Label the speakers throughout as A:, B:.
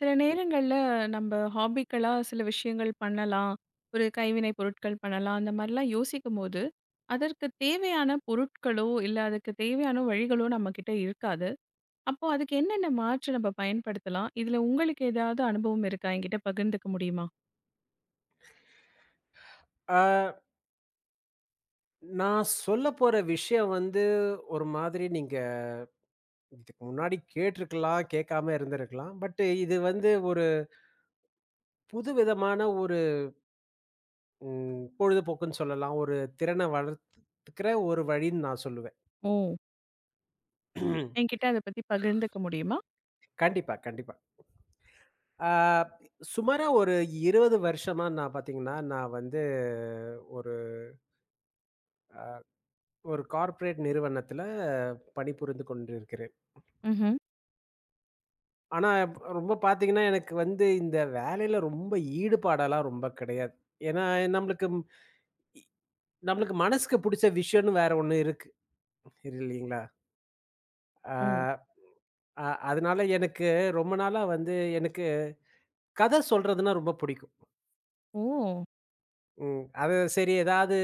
A: சில நேரங்கள்ல நம்ம ஹாபிக்களா சில விஷயங்கள் பண்ணலாம். ஒரு கைவினை பொருட்கள் பண்ணலாம். அந்த மாரிலாம் யோசிக்கும்போது, அதற்கு தேவையான பொருட்களோ, இல்ல அதுக்கு தேவையான வழிகளோ நம்மகிட்ட இருக்காது. அப்போ அதுக்கு என்னென்ன மாற்று நம்ம பயன்படுத்தலாம்? இதுல உங்களுக்கு ஏதாவது அனுபவம் இருக்கா? என்கிட்ட பகிர்ந்துக்க முடியுமா?
B: ஆ, நான் சொல்லப்போற விஷயம் ஒரு மாதிரி நீங்க இதுக்கு முன்னாடி கேட்டிருக்கலாம், கேட்காம இருந்திருக்கலாம். பட் இது ஒரு புதுவிதமான பொழுதுபோக்குன்னு சொல்லலாம். ஒரு திறனை வளர்த்துக்கிற ஒரு வழின்னு நான் சொல்லுவேன்.
A: ஓ! என்கிட்ட அத பத்தி பகிர்ந்துக்க முடியுமா?
B: கண்டிப்பா, கண்டிப்பா. ஆ, சுமாரா ஒரு 20 வருஷமா நான் பார்த்தீங்கன்னா, நான் ஒரு ஒரு கார்ப்பரேட் நிறுவனத்தில பணிபுரிந்து கொண்டிருக்கிறேன்.
A: ம்ஹ்ம்.
B: ஆனா, ரொம்ப பார்த்தீங்கன்னா, எனக்கு இந்த வேலையில ரொம்ப ஈடுபாடெல்லாம் ரொம்ப கிடையாது. ஏன்னா, நம்மளுக்கு ம்- இ நம்மளுக்கு மனசுக்கு புடிச்ச விஷயம்னு வேற ஒண்ணு இருக்கு. இல்லைங்களா? ஆ
A: ஓ!
B: அ அதனால எனக்கு ரொம்ப நாளா எனக்கு கதை சொல்றதுன்னா ரொம்ப பிடிக்கும்.
A: ஓ!
B: ம். அது சரி ஏதாவது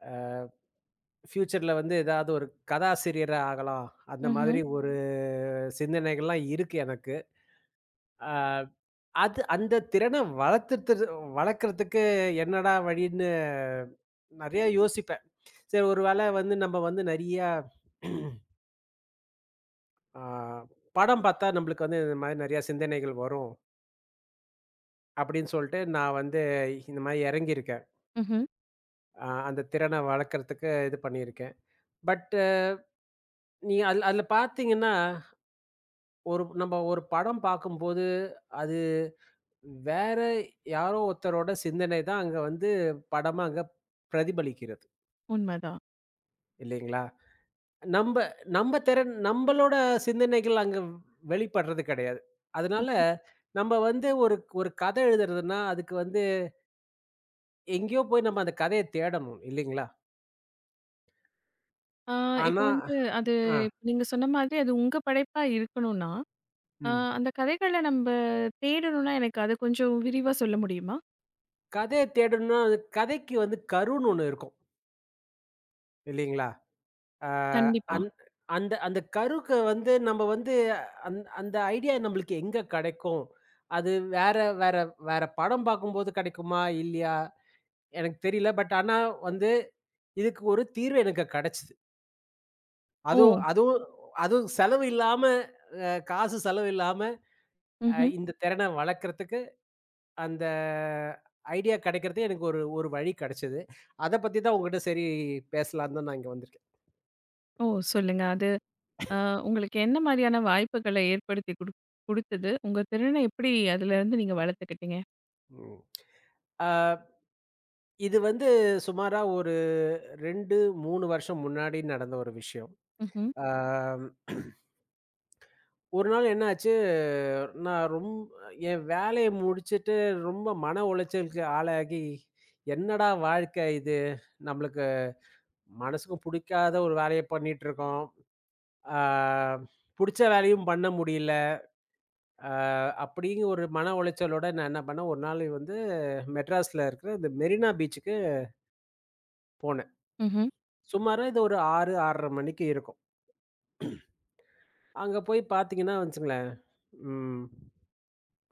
B: அ ஃப்யூச்சர்ல ஏதாவது ஒரு கதாசிரியரா ஆகலாம். அந்த
A: ம்ஹ்ம்.
B: மாதிரி ஒரு சிந்தனைகள்லாம் இருக்கு எனக்கு. ஆ. அந்த திறன வளர்த்துட்டு வளர்க்கறதுக்கு என்னடா வழின்னு நெறைய யோசிப்பேன். சரி ஒரு வேளை நம்ம வந்து நெறையா ஆ படம் பார்த்தா நம்மளுக்கு இந்த மாரி நெறைய சிந்தனைகள் வரும். அப்படின்னு சொல்ட்டு நான் இந்த மாரி இறங்கியிருக்கேன்.
A: ம்ஹ்ம்.
B: அந்த திறன வளர்க்கறதுக்கு இது பண்ணியிருக்கேன். பட் நீங்க அதுல அதுல பார்த்தீங்கன்னா, நம்ம ஒரு படம் பார்க்கும்போது, அது வேற யாரோ ஒருத்தரோட சிந்தனை தான் அங்க படமா அங்க பிரதிபலிக்கிறது.
A: உண்மதான்.
B: இல்லைங்களா? நம்ப நம்ப திறன் நம்பளோட சிந்தனைகள் அங்க வெளிப்படுறது கிடையாது. அதனால
A: ம்.
B: நம்ம ஒரு ஒரு கத எழுதுறதுன்னா, அதுக்கு எங்கேயோ போய் நம்ம அந்த கதைய தேடணும் இல்லைங்களா?
A: ஆ இப்ப
B: ஆனா
A: வந்து அது
B: ஆ
A: இப்ப நீங்க சொன்ன மாதிரி அது உங்க படைப்பா இருக்கணும்னா, ஆ,
B: ம்.
A: அந்த கதைகள நம்ப தேடணும்னா, எனக்கு அது கொஞ்சம் விரிவா சொல்ல முடியுமா?
B: கதைய தேடணும்னா, அது கதைக்கு கருன்னு ஒண்ணு இருக்கும் இல்லைங்களா? ஆ
A: கண்டிப்பா.
B: அந் அந்த அந்த கருக்க நம்ம அந்த ஐடியா நம்மளுக்கு எங்க கிடைக்கும்? அது வேற வேற வேற படம் பார்க்கும்போது கிடைக்குமா? இல்லையா? எனக்கு தெரியல. ஆனா வந்து இதுக்கு ஒரு தீர்வு எனக்கு கிடைச்சது.
A: ஓ!
B: அதுவும் அதுவும் அதுவும் செலவு இல்லாம, காசு செலவு இல்லாம
A: ம்ஹ்ம்.
B: இந்த திறன வளர்க்கறதுக்கு அந்த ஐடியா கிடைக்கிறது எனக்கு ஒரு ஒரு வழி கிடைச்சது. அத பத்தி தான் உங்ககிட்ட பேசலான்னு தான் நான் இங்க வந்திருக்கேன்.
A: ஓ! சொல்லுங்க. அது அ உங்களுக்கு என்ன மாரியான வாய்ப்புகள ஏற்படுத்தி குடுத்தது? உங்க திறன எப்படி அதுலருந்து நீங்க வளர்த்துக்கிட்டீங்க?
B: ம். ஆ இது சுமாரா ஒரு 2, 3 வருஷம் முன்னாடி நடந்த ஒரு விஷயம்.
A: ம்ஹ்ம்,
B: ஆ ஒரு நாள் என்னாச்சு, நான் ரொம் என் வேலைய முடிச்சுட்டு ரொம்ப மன உளைச்சலுக்கு ஆளாகி, "என்னடா வாழ்க்கை இது? நம்மளுக்கு மனசுக்கு புடிக்காத ஒரு வேலைய பண்ணிட்டுருக்கோம். ஆ புடிச்ச வேலையும் பண்ண முடியல." அ அப்படிங்கிற ஒரு மன உளைச்சலோட நான் என்ன பண்ணேன், ஒரு நாள் மெட்ராஸ்ல இருக்கிற இந்த மெரினா பீச்சுக்கு போனேன்.
A: ம்ஹ்ம்,
B: சுமாரா இது ஒரு 6, 6:30 மணிக்கு இருக்கும். அங்க போய் பாத்தீங்கன்னா வச்சுக்கங்களேன், ம்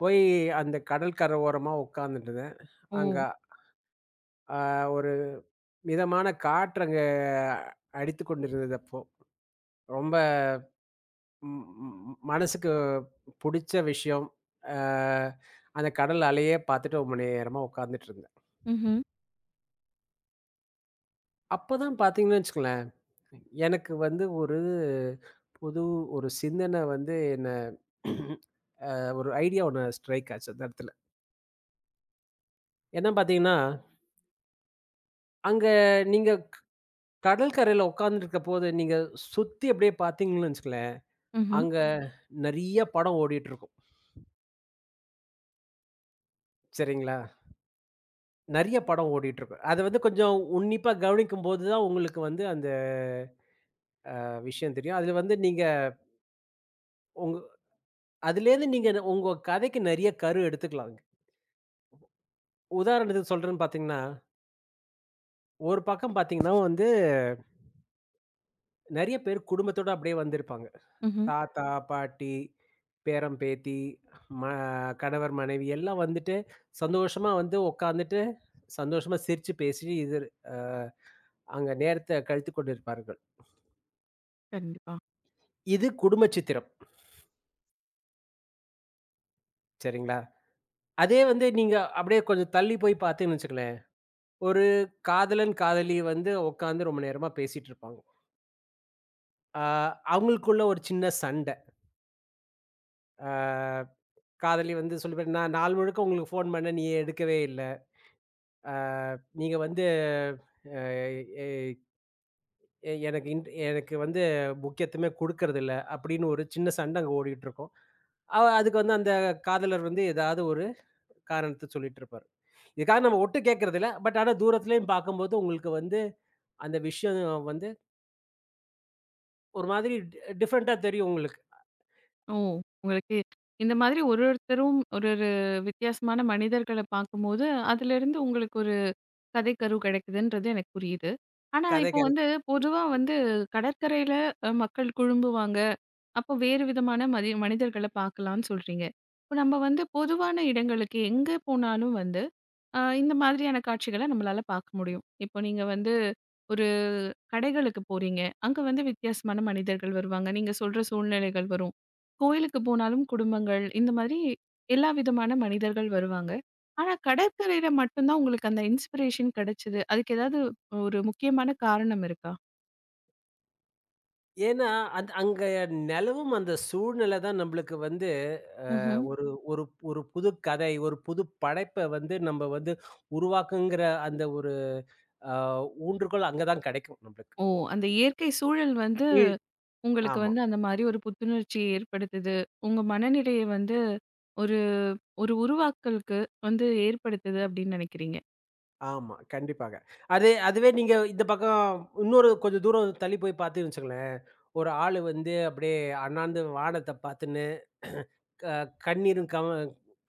B: போய் அந்த கடல் கரை ஓரமா உட்காந்துட்டுருந்தேன்.
A: ஓ!
B: அங்க ஆ ஒரு மிதமான காற்று அங்க அடித்துக் கொண்டிருந்தது அப்போ. ரொம்ப ம் ம் மனசுக்கு புடிச்ச விஷயம். அ அந்த கடல் அலையே பார்த்துட்டு ரொம்ப நேரமா உட்கார்ந்துட்டு இருந்தேன்.
A: ம்ஹ்ம்,
B: அப்பதான் பார்த்தீங்கன்னு வச்சுக்கோங்களேன், எனக்கு ஒரு புது ஒரு சிந்தனை வந்து என்ன ஒரு ஐடியா ஒண்ணு ஸ்ட்ரைக் ஆச்சு அந்த இடத்துல. என்ன பார்த்தீங்கன்னா, அங்க நீங்க கடல் கரையில உட்கார்ந்துருக்கும்போது, நீங்க சுத்தி அப்படியே பார்த்தீங்கன்னு வச்சுக்கோங்களேன்,
A: ம்ஹ்ம்,
B: அங்க ம். நெறைய படம் ஓடிட்டு இருக்கும். சரிங்களா? நெறைய படம் ஓடிட்டுருக்கும். அது கொஞ்சம் உன்னிப்பா கவனிக்கும்போது தான் உங்களுக்கு அந்த விஷயம் தெரியும். அதுல நீங்க உங்க அதுலேருந்து நீங்க உங்க கதைக்கு நெறைய கரு எடுத்துக்கலாங்க. உதாரணத்துக்கு சொல்றேன்னு பார்த்தீங்கன்னா, ஒரு பக்கம் பார்த்தீங்கன்னா நெறைய பேர் குடும்பத்தோட அப்படியே வந்திருப்பாங்க.
A: ம்ஹ்ம்.
B: தாத்தா, பாட்டி, பேரன், பேத்தி, ம கணவர், மனைவி எல்லாம் வந்துட்டு சந்தோஷமா உட்காந்துட்டு, சந்தோஷமா சிரிச்சு பேசி இது அ அங்க நேரத்த கழித்துக் கொண்டிருப்பார்கள்.
A: கண்டிப்பா.
B: இது குடும்ப சித்திரம். சரிங்களா? அதே நீங்க அப்படியே கொஞ்சம் தள்ளி போய் பார்த்தீங்கன்னு வச்சுக்கங்களேன், ஒரு காதலன், காதலி உட்காந்து ரொம்ப நேரமா பேசிட்டு இருப்பாங்க. ஆ அவங்களுக்குள்ள ஒரு சின்ன சண்ட. ஆ காதலி சொல்லுவேன், "நான் நாள் முழுக்க உங்களுக்கு ஃபோன் பண்ணேன். நீ எடுக்கவே இல்ல. ஆ நீங்க எ எ எனக்கு இன் எனக்கு முக்கியத்துவமே குடுக்கறதில்ல." அப்படின்னு ஒரு சின்ன சண்ட அங்க ஓடிட்டு இருக்கும். அதுக்கு அந்த காதலர் ஏதாவது ஒரு காரணத்த சொல்லிட்டு இருப்பாரு. இதுக்காக நம்ம ஒட்டு கேட்கறதில்ல. ஆனா தூரத்திலேயும் பார்க்கும்போது உங்களுக்கு அந்த விஷயம் வந்து ஒரு மாதிரி டிஃபரெண்ட்டா தெரியும் உங்களுக்கு.
A: ஓ! உங்களுக்கு இந்த மாதிரி ஒருத்தரும் ஒரு ஒரு வித்தியாசமான மனிதர்கள பார்க்கும்போது, அதுலருந்து உங்களுக்கு கதைக்கரு கிடைக்குதுன்றது எனக்கு புரியுது. ஆனா,
B: கதை
A: இப்போ
B: கேரக்டர்.
A: வந்து பொதுவா வந்து கடற்கரையில மக்கள் குழும்புவாங்க. அப்போ வேறு விதமான மனிதர்கள பார்க்கலாம்னு சொல்றீங்க. இப்போ நம்ம வந்து பொதுவான இடங்களுக்கு எங்க போனாலும் வந்து, இந்த மாதிரியான காட்சிகள நம்மளால பார்க்க முடியும். இப்போ நீங்க வந்து கடைகளுக்கு போறீங்க. அங்க வந்து வித்தியாசமான மனிதர்கள் வருவாங்க. நீங்க சொல்ற சூழ்நிலைகள் வரும். கோயிலுக்கு போனாலும் குடும்பங்கள், இந்த மாதிரி எல்லா விதமான மனிதர்கள் வருவாங்க. ஆனா கடற்கரையில மட்டும் தான் உங்களுக்கு அந்த இன்ஸ்பிரேஷன் கிடைச்சது. அதுக்கு ஏதாவது ஒரு முக்கியமான காரணம் இருக்கா?
B: ஏன்னா, அங்க நிலவும் அந்த சூழ்நிலை தான் நம்மளுக்கு வந்து அ
A: ம்ஹ்ம்.
B: ஒரு ஒரு ஒரு புது கதை, ஒரு புது படைப்ப நம்ம உருவாக்குங்கிற அந்த ஒரு அ ஊன்றுகோல் அங்க தான் கிடைக்கும் நம்மளுக்கு.
A: ஓ! அந்த இயற்கை சூழல் வந்து
B: இ
A: உங்களுக்கு
B: ஆமா,
A: வந்து அந்த மாரி ஒரு புத்துணர்ச்சியை ஏற்படுத்துது. உங்க மனநிலையை வந்து ஒரு ஒரு உருவாக்கலுக்கு வந்து ஏற்படுத்துது அப்படின்னு நினைக்கிறீங்க.
B: ஆமா. கண்டிப்பாக. அதுவே நீங்க இந்த பக்கம் இன்னொரு கொஞ்சம் தூரம் தள்ளி போய் பார்த்தீங்கன்னு வச்சுக்கங்களேன், ஒரு ஆளு அப்படியே அண்ணாந்து வானத்த பார்த்துன்னு க கண்ணீரும் கவ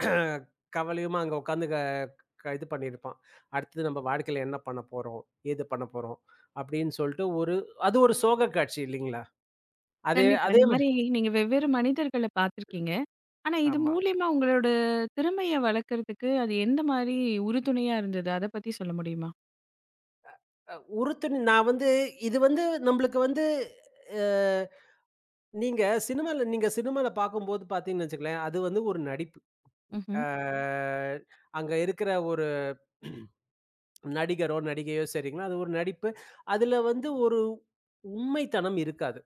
B: கவலையுமா அங்க உட்காந்து க க இது பண்ணியிருப்பான். அடுத்தது நம்ம வாழ்க்கையில என்ன பண்ண போறோம்? ஏது பண்ண போறோம்? அப்படின்னு சொல்லிட்டு அது ஒரு சோக காட்சி இல்லைங்களா? அதே
A: கண்டிப்பா.
B: அதே
A: இந்த
B: மா
A: மாரி நீங்க வெவ்வேறு மனிதர்கள பார்த்துருக்கீங்க. ஆனா, இது
B: ஆமா.
A: மூலியமா உங்களோட திறமைய வளர்க்கறதுக்கு அது எந்த மாரி உறுதுணையா இருந்தது? அத பத்தி சொல்ல முடியுமா?
B: உறுத்துன நான் இது நம்மளுக்கு வந்து அ நீங்க சினிமால பார்க்கும்போது பார்த்தீங்கன்னு வச்சுக்கங்களேன், அது ஒரு நடிப்பு.
A: ம்ஹ்ம்.
B: அ அங்க இருக்கிற ஒரு நடிகரோ, நடிகையோ சரிங்களா, அது ஒரு நடிப்பு. அதுல ஒரு உண்மைத்தனம் இருக்காது.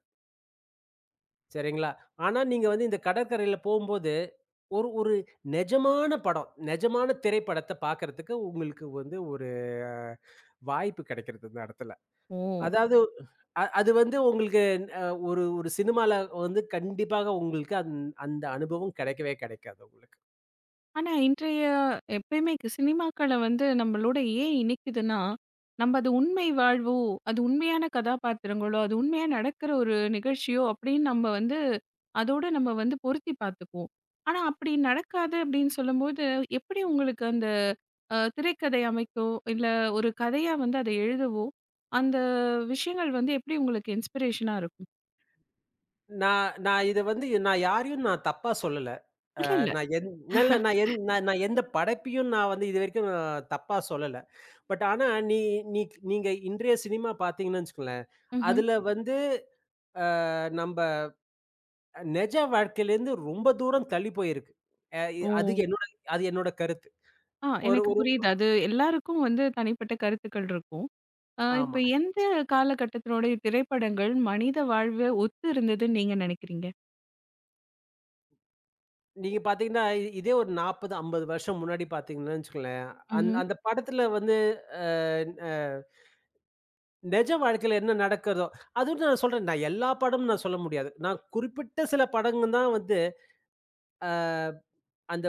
B: சரிங்களா? ஆனா, நீங்க இந்த கடற்கரையில போம்போது, ஒரு ஒரு நெஜமான படம், நெஜமான திரைப்படத்த பார்க்கறதுக்கு உங்களுக்கு ஒரு அ வாய்ப்பு கிடைக்கிறது இந்த இடத்துல.
A: ஓ!
B: அதாவது அ அது வந்து உங்களுக்கு அ ஒரு ஒரு சினிமால கண்டிப்பாக உங்களுக்கு அந்த அனுபவம் கிடைக்கவே கிடைக்காது உங்களுக்கு.
A: ஆனா இன்றைய எப்பயுமே சினிமாக்கள வந்து நம்மளோட ஏன் இணைக்குதுன்னா, நம்ம அது உண்மை வாழ்வோ, அது உண்மையான கதாபாத்திரங்களோ, அது உண்மையா நடக்கிற ஒரு நிகழ்ச்சியோ அப்படின்னு நம்ம வந்து அதோட நம்ம வந்து பொருத்தி பார்த்துக்குவோம். ஆனா அப்படி நடக்காது அப்படின்னு சொல்லும்போது, எப்படி உங்களுக்கு அந்த திரைக்கதை அமைக்கோ, இல்ல ஒரு கதையா வந்து அத எழுதவோ, அந்த விஷயங்கள் வந்து எப்படி உங்களுக்கு இன்ஸ்பிரேஷனா இருக்கும்?
B: நான் நான் இத யாரையும் நான் தப்பா சொல்லல.
A: இல்ல, இல்ல.
B: நான் எந் இல்ல நான் எந்த படைப்பையும் நான் இதுவரைக்கும் நான் தப்பா சொல்லல. ஆனா, நீ நீ நீங்க இன்றைய சினிமா பார்த்தீங்கன்னு வச்சுக்கோங்களேன்,
A: ம்ஹ்ம்.
B: அதுல நம்ப நெஜ வாழ்க்கையிலேருந்து ரொம்ப தூரம் தள்ளி போயிருக்கு. அ இ அது
A: ஓ!
B: என்னோட அது என்னோட கருத்து. ஒரு
A: எனக்கு
B: ஒரு
A: புரியுது. அது எல்லாருக்கும் வந்து தனிப்பட்ட கருத்துக்கள் இருக்கும்.
B: ஆமா.
A: இப்ப எந்த காலகட்டத்தினுடைய திரைப்படங்கள் மனித வாழ்வ ஒத்து இருந்ததுன்னு நீங்க நினைக்கிறீங்க?
B: நீங்க பாத்தீங்கன்னா, இதே ஒரு 40, 50 வருஷம் முன்னாடி பாத்தீங்கன்னு வச்சுக்கோங்களேன்,
A: ம்ஹ்ம்.
B: அந்த படத்துல வந்து அ அ நெஜ வாழ்க்கையில என்ன நடக்குதோ அதுவும் நான் சொல்றேன், நான் எல்லா படமும் நான் சொல்ல முடியாது. நான் குறிப்பிட்ட சில படங்க தான் வந்து அ அந்த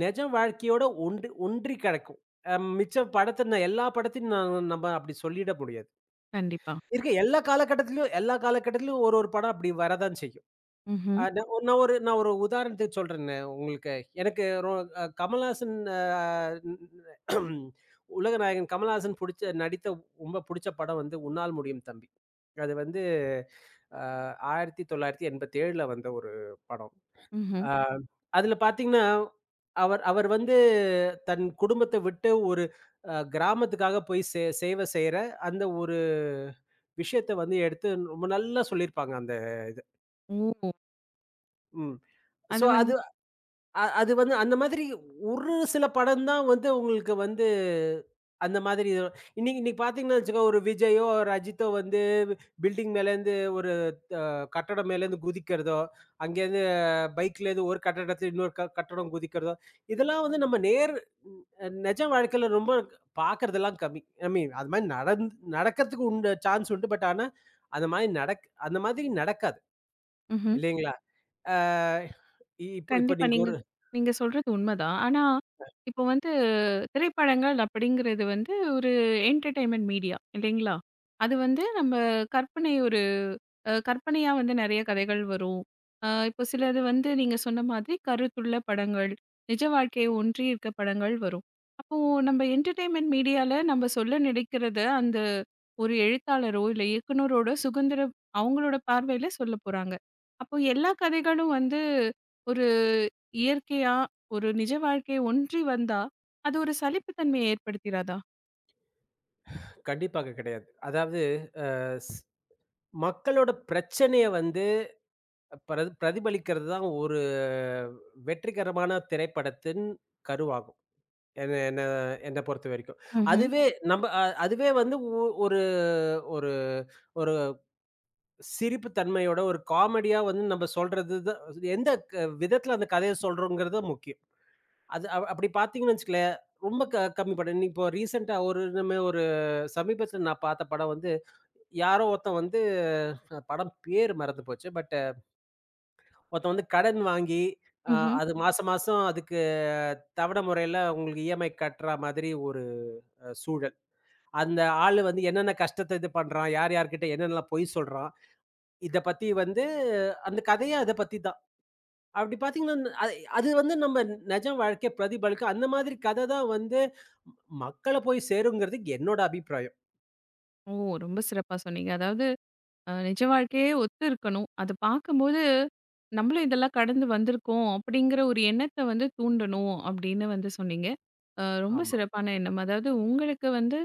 B: நெஜ வாழ்க்கையோட ஒன்றி ஒன்றி கெடக்கும். மிச்ச படத்த நான் எல்லா படத்தையும் நான் அப்படி சொல்லிட முடியாது.
A: கண்டிப்பா.
B: இருக்கு. எல்லா காலகட்டத்திலயும் ஒரு, ஒரு படம் அப்படி வரதான் செய்யும்.
A: ம்ஹ்ம்.
B: அ நான் ஒரு நான் ஒரு நான் ஒரு உதாரணத்துக்கு சொல்றேனே உங்களுக்கு. எனக்கு ரொ அ கமல்ஹாசன், உலக நாயகன் கமல்ஹாசன் நடித்த ரொம்ப புடிச்ச படம் "உன்னால் முடியும் தம்பி." அது வந்து அ 1987ல வந்த ஒரு படம்.
A: ம்ஹ்ம்.
B: ஆ, அதுல பார்த்தீங்கன்னா, அவர் அவர் தன் குடும்பத்த விட்டு ஒரு கிராமத்துக்காக போய் சேவை செய்ற அந்த ஒரு விஷயத்த எடுத்து ரொம்ப நல்லா சொல்லியிருப்பாங்க அந்த இது.
A: ஓ!
B: ம். ஸோ
A: அது வந்து
B: அது அந்த மாதிரி ஒரு சில படம் தான் உங்களுக்கு அந்த மாதிரி இது. இன்னைக்கு இன்னைக்கு பார்த்தீங்கன்னா வச்சுக்கோ, ஒரு விஜயோ, ரஜித்தோ பில்டிங் மேலேருந்து ஒரு கட்டடம் மேலேருந்து குதிக்கிறதோ, அங்கேருந்து பைக்லேருந்து ஒரு கட்டடத்துல இன்னொரு கட்டடம் குதிக்கிறதோ, இதெல்லாம் நம்ம நேர் ன் நெஜ வாழ்க்கையில ரொம்ப பார்க்கறதெல்லாம் கம்மி. ஐ மீன் அது மாரி நடக்கறதுக்கு சான்ஸ் உண்டு. ஆனா, அந்த மாதிரி நடக்காது.
A: ம்ஹ்ம்.
B: இல்லைங்களா? ஆ இப்போ இப்போ
A: கண்டிப்பா.
B: நீங்க
A: நீங்க
B: ஒரு
A: நீங்க சொல்றது உண்மதான். ஆனா, இப்போ வந்து திரைப்படங்கள் அப்படிங்கிறது வந்து ஒரு என்டர்டெயின்மெண்ட் மீடியா இல்லைங்களா? அது வந்து நம்ம கற்பனை ஒரு அ கற்பனையா வந்து நெறைய கதைகள் வரும். இப்போ சிலது வந்து நீங்க சொன்ன மாதிரி கருத்துள்ள படங்கள், நிஜ வாழ்க்கையை ஒன்றி இருக்க படங்கள் வரும். அப்போ நம்ம என்டர்டெயின்மெண்ட் மீடியால நம்ம சொல்ல நினைக்கிறத அந்த ஒரு எழுத்தாளரோ, இல்ல இயக்குனரோட சுதந்திரம் அவங்களோட பார்வையில சொல்லப்போறாங்க. அப்போ எல்லா கதைகளும் வந்து ஒரு இயற்கையா ஒரு நிஜ வாழ்க்கை ஒன்றி வந்தா, அது ஒரு சலிப்பு தன்மைய ஏற்படுத்திறாதா?
B: கண்டிப்பாக கிடையாது. அதாவது ஸ் மக்களோட பிரச்சனைய பிரதிபலிக்கிறது தான் ஒரு வெற்றிகரமான திரைப்படத்தின் கருவாகும். என்ன என்ன என்ன பொறுத்தவரைக்கும்.
A: ம்ஹ்ம்.
B: அதுவே நம்ப அ அதுவே ஒ ஒரு ஒரு ஒரு சிரிப்பு தன்மையோட, ஒரு காமெடியா நம்ம சொல்றது தான் எந்த விதத்துல அந்த கதைய சொல்றோம்ங்கிறது முக்கியம். அது அ அப்படி பார்த்தீங்கன்னு வச்சுக்கங்களேன், ரொம்ப கம்மி படம். இப்போ ரீசென்ட்டா ஒரு நம்ம ஒரு சமீபத்தில நான் பார்த்த படம் யாரோ ஒருத்தன் படம் பேர் மறந்து போச்சு. பட் ஒருத்தன் கடன் வாங்கி, அ
A: ம்ஹ்ம்.
B: அது மாசம் மாசம் அதுக்கு தவணை முறையில உங்களுக்கு இஎம்ஐ கட்டுறா மாதிரி ஒரு அ சூழல். அந்த ஆளு என்னென்ன கஷ்டத்த இது பண்றான்? யார் யார்கிட்ட என்னென்னலாம் பொய் சொல்றான்? இத பத்தி அந்த கதையே அத பத்தி தான். அப்படி பார்த்தீங்கன்னா, அது அது நம்ம நெஜ வாழ்க்கை பிரதிபலிக்கும். அந்த மாதிரி கத தான் மக்கள போய் சேருங்கிறது என்னோட அபிப்பிராயம்.
A: ஓ! ரொம்ப சிறப்பா சொன்னீங்க. அதாவது நிஜ வாழ்க்கையே ஒத்து இருக்கணும். அத பார்க்கும்போது, நம்மளும் இதெல்லாம் கடந்து வந்திருக்கோம் அப்படிங்கிற ஒரு எண்ணத்த வந்து தூண்டணும் அப்படின்னு வந்து சொன்னீங்க. ரொம்ப
B: ஆமா.
A: சிறப்பான எண்ணம். அதாவது உங்களுக்கு வந்து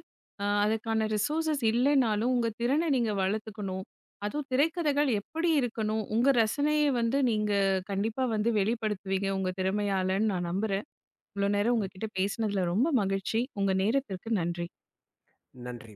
A: அதுக்கான ரிசோர்ஸஸ் இல்லைனாலும், உங்க திறன நீங்க வளர்த்துக்கணும். அதுவும் திரைக்கதைகள் எப்படி இருக்கணும், உங்க ரசனைய வந்து நீங்க கண்டிப்பா வந்து வெளிப்படுத்துவீங்க உங்க திறமையாலன்னு நான் நம்புறேன். இவ்வளோ நேரம்
B: ம்.
A: உங்ககிட்ட பேசினதுல ரொம்ப மகிழ்ச்சி. உங்க நேரத்திற்கு நன்றி.
B: நன்றி.